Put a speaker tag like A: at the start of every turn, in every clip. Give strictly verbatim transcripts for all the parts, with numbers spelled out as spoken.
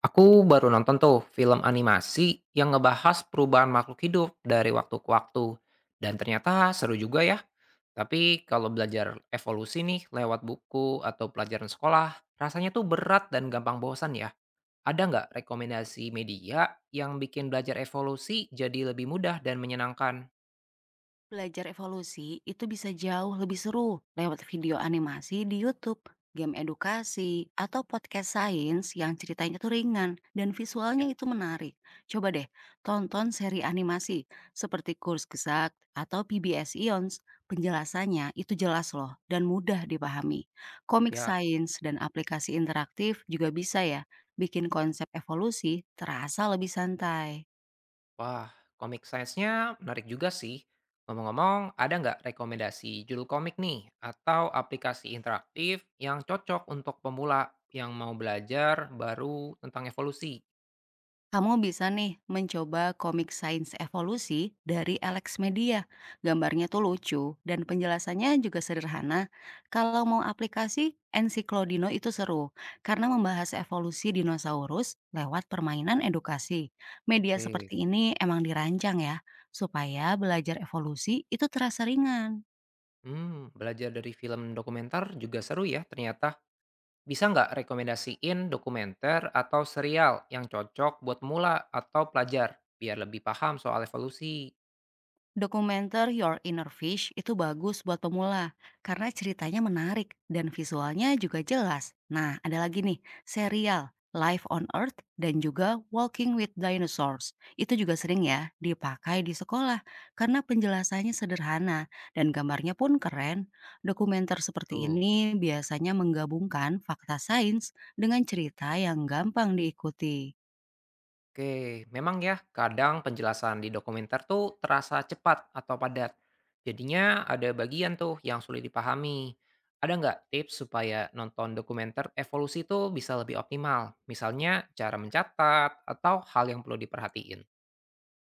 A: Aku baru nonton tuh film animasi yang ngebahas perubahan makhluk hidup dari waktu ke waktu. Dan ternyata seru juga ya. Tapi kalau belajar evolusi nih lewat buku atau pelajaran sekolah, rasanya tuh berat dan gampang bosan ya. Ada nggak rekomendasi media yang bikin belajar evolusi jadi lebih mudah dan menyenangkan?
B: Belajar evolusi itu bisa jauh lebih seru lewat video animasi di YouTube, game edukasi, atau podcast sains yang ceritanya tuh ringan dan visualnya
A: Ya,
B: itu menarik. Coba deh, tonton seri animasi seperti Kurs Gesak atau P B S Ions. Penjelasannya itu jelas loh dan mudah dipahami. Komik
A: ya.
B: sains dan aplikasi interaktif juga bisa ya bikin konsep evolusi terasa lebih santai.
A: Wah, komik sainsnya menarik juga sih. Ngomong-ngomong, ada nggak rekomendasi judul komik nih atau aplikasi interaktif yang cocok untuk pemula yang mau belajar baru tentang evolusi?
B: Kamu bisa nih mencoba komik sains evolusi dari Alex Media. Gambarnya tuh lucu dan penjelasannya juga sederhana. Kalau mau aplikasi, Encyclodino itu seru karena membahas evolusi dinosaurus lewat permainan edukasi. Media
A: Oke.
B: seperti ini emang dirancang ya supaya belajar evolusi itu terasa ringan.
A: Hmm, belajar dari film dokumenter juga seru ya ternyata. Bisa nggak rekomendasiin dokumenter atau serial yang cocok buat pemula atau pelajar biar lebih paham soal evolusi?
B: Dokumenter Your Inner Fish itu bagus buat pemula karena ceritanya menarik dan visualnya juga jelas. Nah, ada lagi nih, serial Life on Earth dan juga Walking with Dinosaurs. Itu juga sering ya dipakai di sekolah karena penjelasannya sederhana dan gambarnya pun keren. Dokumenter seperti
A: Betul.
B: ini biasanya menggabungkan fakta sains dengan cerita yang gampang diikuti.
A: Oke, memang ya, kadang penjelasan di dokumenter tuh terasa cepat atau padat. Jadinya ada bagian tuh yang sulit dipahami. Ada nggak tips supaya nonton dokumenter evolusi tuh bisa lebih optimal? Misalnya cara mencatat atau hal yang perlu diperhatiin.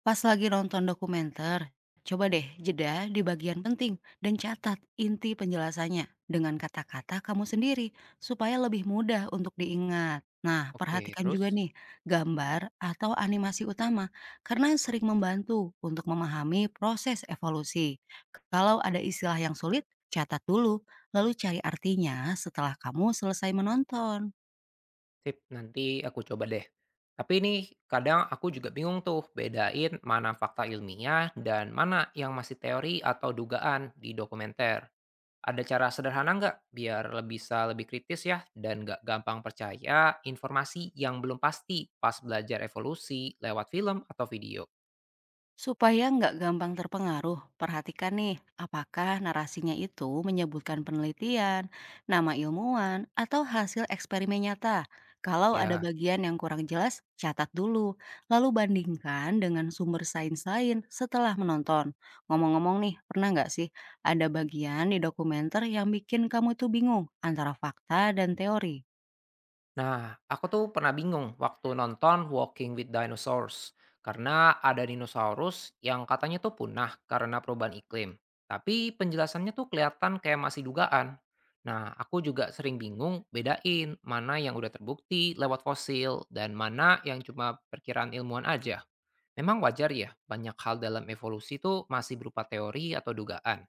B: Pas lagi nonton dokumenter, coba deh jeda di bagian penting dan catat inti penjelasannya dengan kata-kata kamu sendiri supaya lebih mudah untuk diingat. Nah,
A: Oke,
B: perhatikan juga
A: terus?
B: nih gambar atau animasi utama karena sering membantu untuk memahami proses evolusi. Kalau ada istilah yang sulit, catat dulu, lalu cari artinya setelah kamu selesai menonton.
A: Sip, nanti aku coba deh. Tapi ini kadang aku juga bingung tuh bedain mana fakta ilmiah dan mana yang masih teori atau dugaan di dokumenter. Ada cara sederhana nggak biar lebih bisa lebih kritis ya dan nggak gampang percaya informasi yang belum pasti pas belajar evolusi lewat film atau video?
B: Supaya nggak gampang terpengaruh, perhatikan nih apakah narasinya itu menyebutkan penelitian, nama ilmuwan, atau hasil eksperimen nyata. Kalau ada
A: Ya,
B: bagian yang kurang jelas, catat dulu, lalu bandingkan dengan sumber sains lain setelah menonton. Ngomong-ngomong nih, pernah nggak sih ada bagian di dokumenter yang bikin kamu tuh bingung antara fakta dan teori?
A: nah aku tuh pernah bingung waktu nonton Walking with Dinosaurs karena ada dinosaurus yang katanya tuh punah karena perubahan iklim. Tapi penjelasannya tuh kelihatan kayak masih dugaan. Nah, aku juga sering bingung bedain mana yang udah terbukti lewat fosil dan mana yang cuma perkiraan ilmuwan aja. Memang wajar ya, banyak hal dalam evolusi tuh masih berupa teori atau dugaan.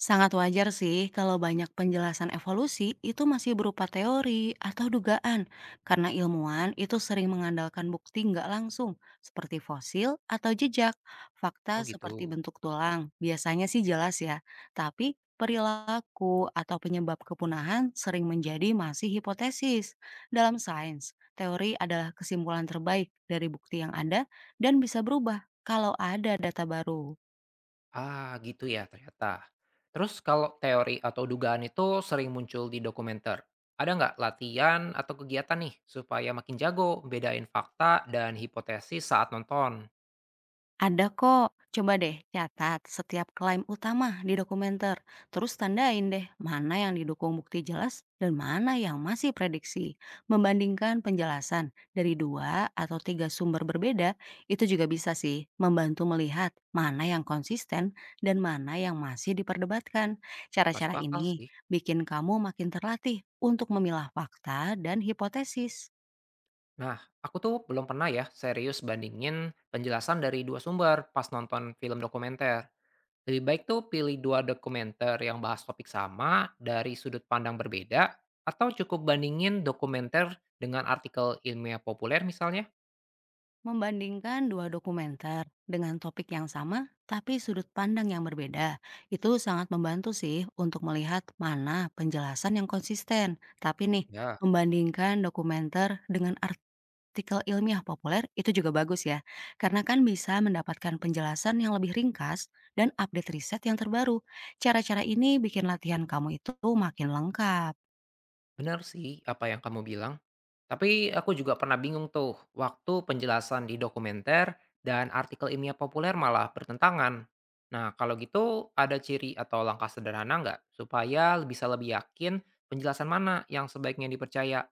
B: Sangat wajar sih kalau banyak penjelasan evolusi itu masih berupa teori atau dugaan, karena ilmuwan itu sering mengandalkan bukti nggak langsung, seperti fosil atau jejak.
A: Oh
B: Fakta seperti
A: gitu.
B: bentuk tulang biasanya sih jelas ya, tapi perilaku atau penyebab kepunahan sering menjadi masih hipotesis. Dalam sains, teori adalah kesimpulan terbaik dari bukti yang ada dan bisa berubah kalau ada data baru.
A: Ah, gitu ya ternyata. Terus kalau teori atau dugaan itu sering muncul di dokumenter, ada nggak latihan atau kegiatan nih supaya makin jago bedain fakta dan hipotesis saat nonton?
B: Ada kok. Coba deh catat setiap klaim utama di dokumenter. Terus tandain deh mana yang didukung bukti jelas dan mana yang masih prediksi. Membandingkan penjelasan dari dua atau tiga sumber berbeda itu juga bisa sih membantu melihat mana yang konsisten dan mana yang masih diperdebatkan.
A: Masuk
B: Cara-cara
A: akal
B: ini
A: sih.
B: bikin kamu makin terlatih untuk memilah fakta dan hipotesis.
A: Nah, aku tuh belum pernah ya serius bandingin penjelasan dari dua sumber pas nonton film dokumenter. Lebih baik tuh pilih dua dokumenter yang bahas topik sama dari sudut pandang berbeda atau cukup bandingin dokumenter dengan artikel ilmiah populer misalnya?
B: Membandingkan dua dokumenter dengan topik yang sama, tapi sudut pandang yang berbeda, itu sangat membantu sih untuk melihat mana penjelasan yang konsisten. Tapi nih,
A: Ya.
B: membandingkan dokumenter dengan artikel ilmiah populer itu juga bagus ya, karena kan bisa mendapatkan penjelasan yang lebih ringkas dan update riset yang terbaru. Cara-cara ini bikin latihan kamu itu makin lengkap.
A: Benar sih apa yang kamu bilang. Tapi aku juga pernah bingung tuh waktu penjelasan di dokumenter dan artikel ilmiah populer malah bertentangan. Nah kalau gitu ada ciri atau langkah sederhana nggak supaya bisa lebih yakin penjelasan mana yang sebaiknya dipercaya?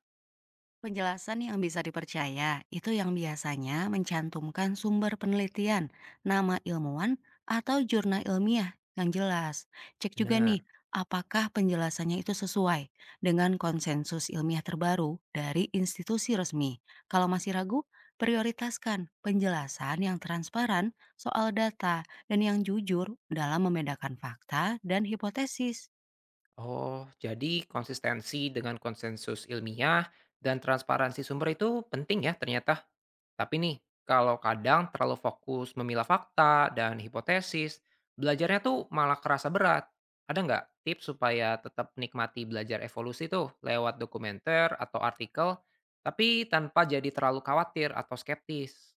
B: Penjelasan yang bisa dipercaya itu yang biasanya mencantumkan sumber penelitian, nama ilmuwan, atau jurnal ilmiah yang jelas. Cek juga nih,
A: Benar.
B: apakah penjelasannya itu sesuai dengan konsensus ilmiah terbaru dari institusi resmi. Kalau masih ragu, prioritaskan penjelasan yang transparan soal data dan yang jujur dalam membedakan fakta dan hipotesis.
A: Oh, jadi konsistensi dengan konsensus ilmiah dan transparansi sumber itu penting ya ternyata. Tapi nih, kalau kadang terlalu fokus memilah fakta dan hipotesis, belajarnya tuh malah kerasa berat. Ada nggak tips supaya tetap nikmati belajar evolusi tuh lewat dokumenter atau artikel, tapi tanpa jadi terlalu khawatir atau skeptis?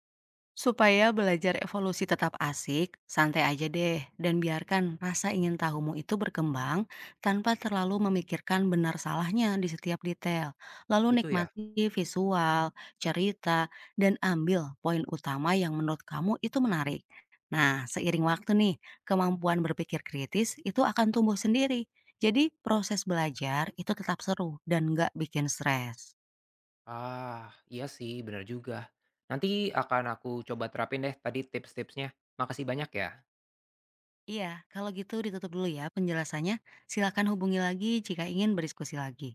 B: Supaya belajar evolusi tetap asik, santai aja deh, dan biarkan rasa ingin tahumu itu berkembang tanpa terlalu memikirkan benar salahnya di setiap detail. Lalu
A: Gitu ya?
B: nikmati visual, cerita, dan ambil poin utama yang menurut kamu itu menarik. Nah, seiring waktu nih, kemampuan berpikir kritis itu akan tumbuh sendiri. Jadi, proses belajar itu tetap seru dan nggak bikin stres.
A: Ah, iya sih, bener juga. Nanti akan aku coba terapin deh tadi tips-tipsnya. Makasih banyak ya.
B: Iya, kalau gitu ditutup dulu ya penjelasannya. Silakan hubungi lagi jika ingin berdiskusi lagi.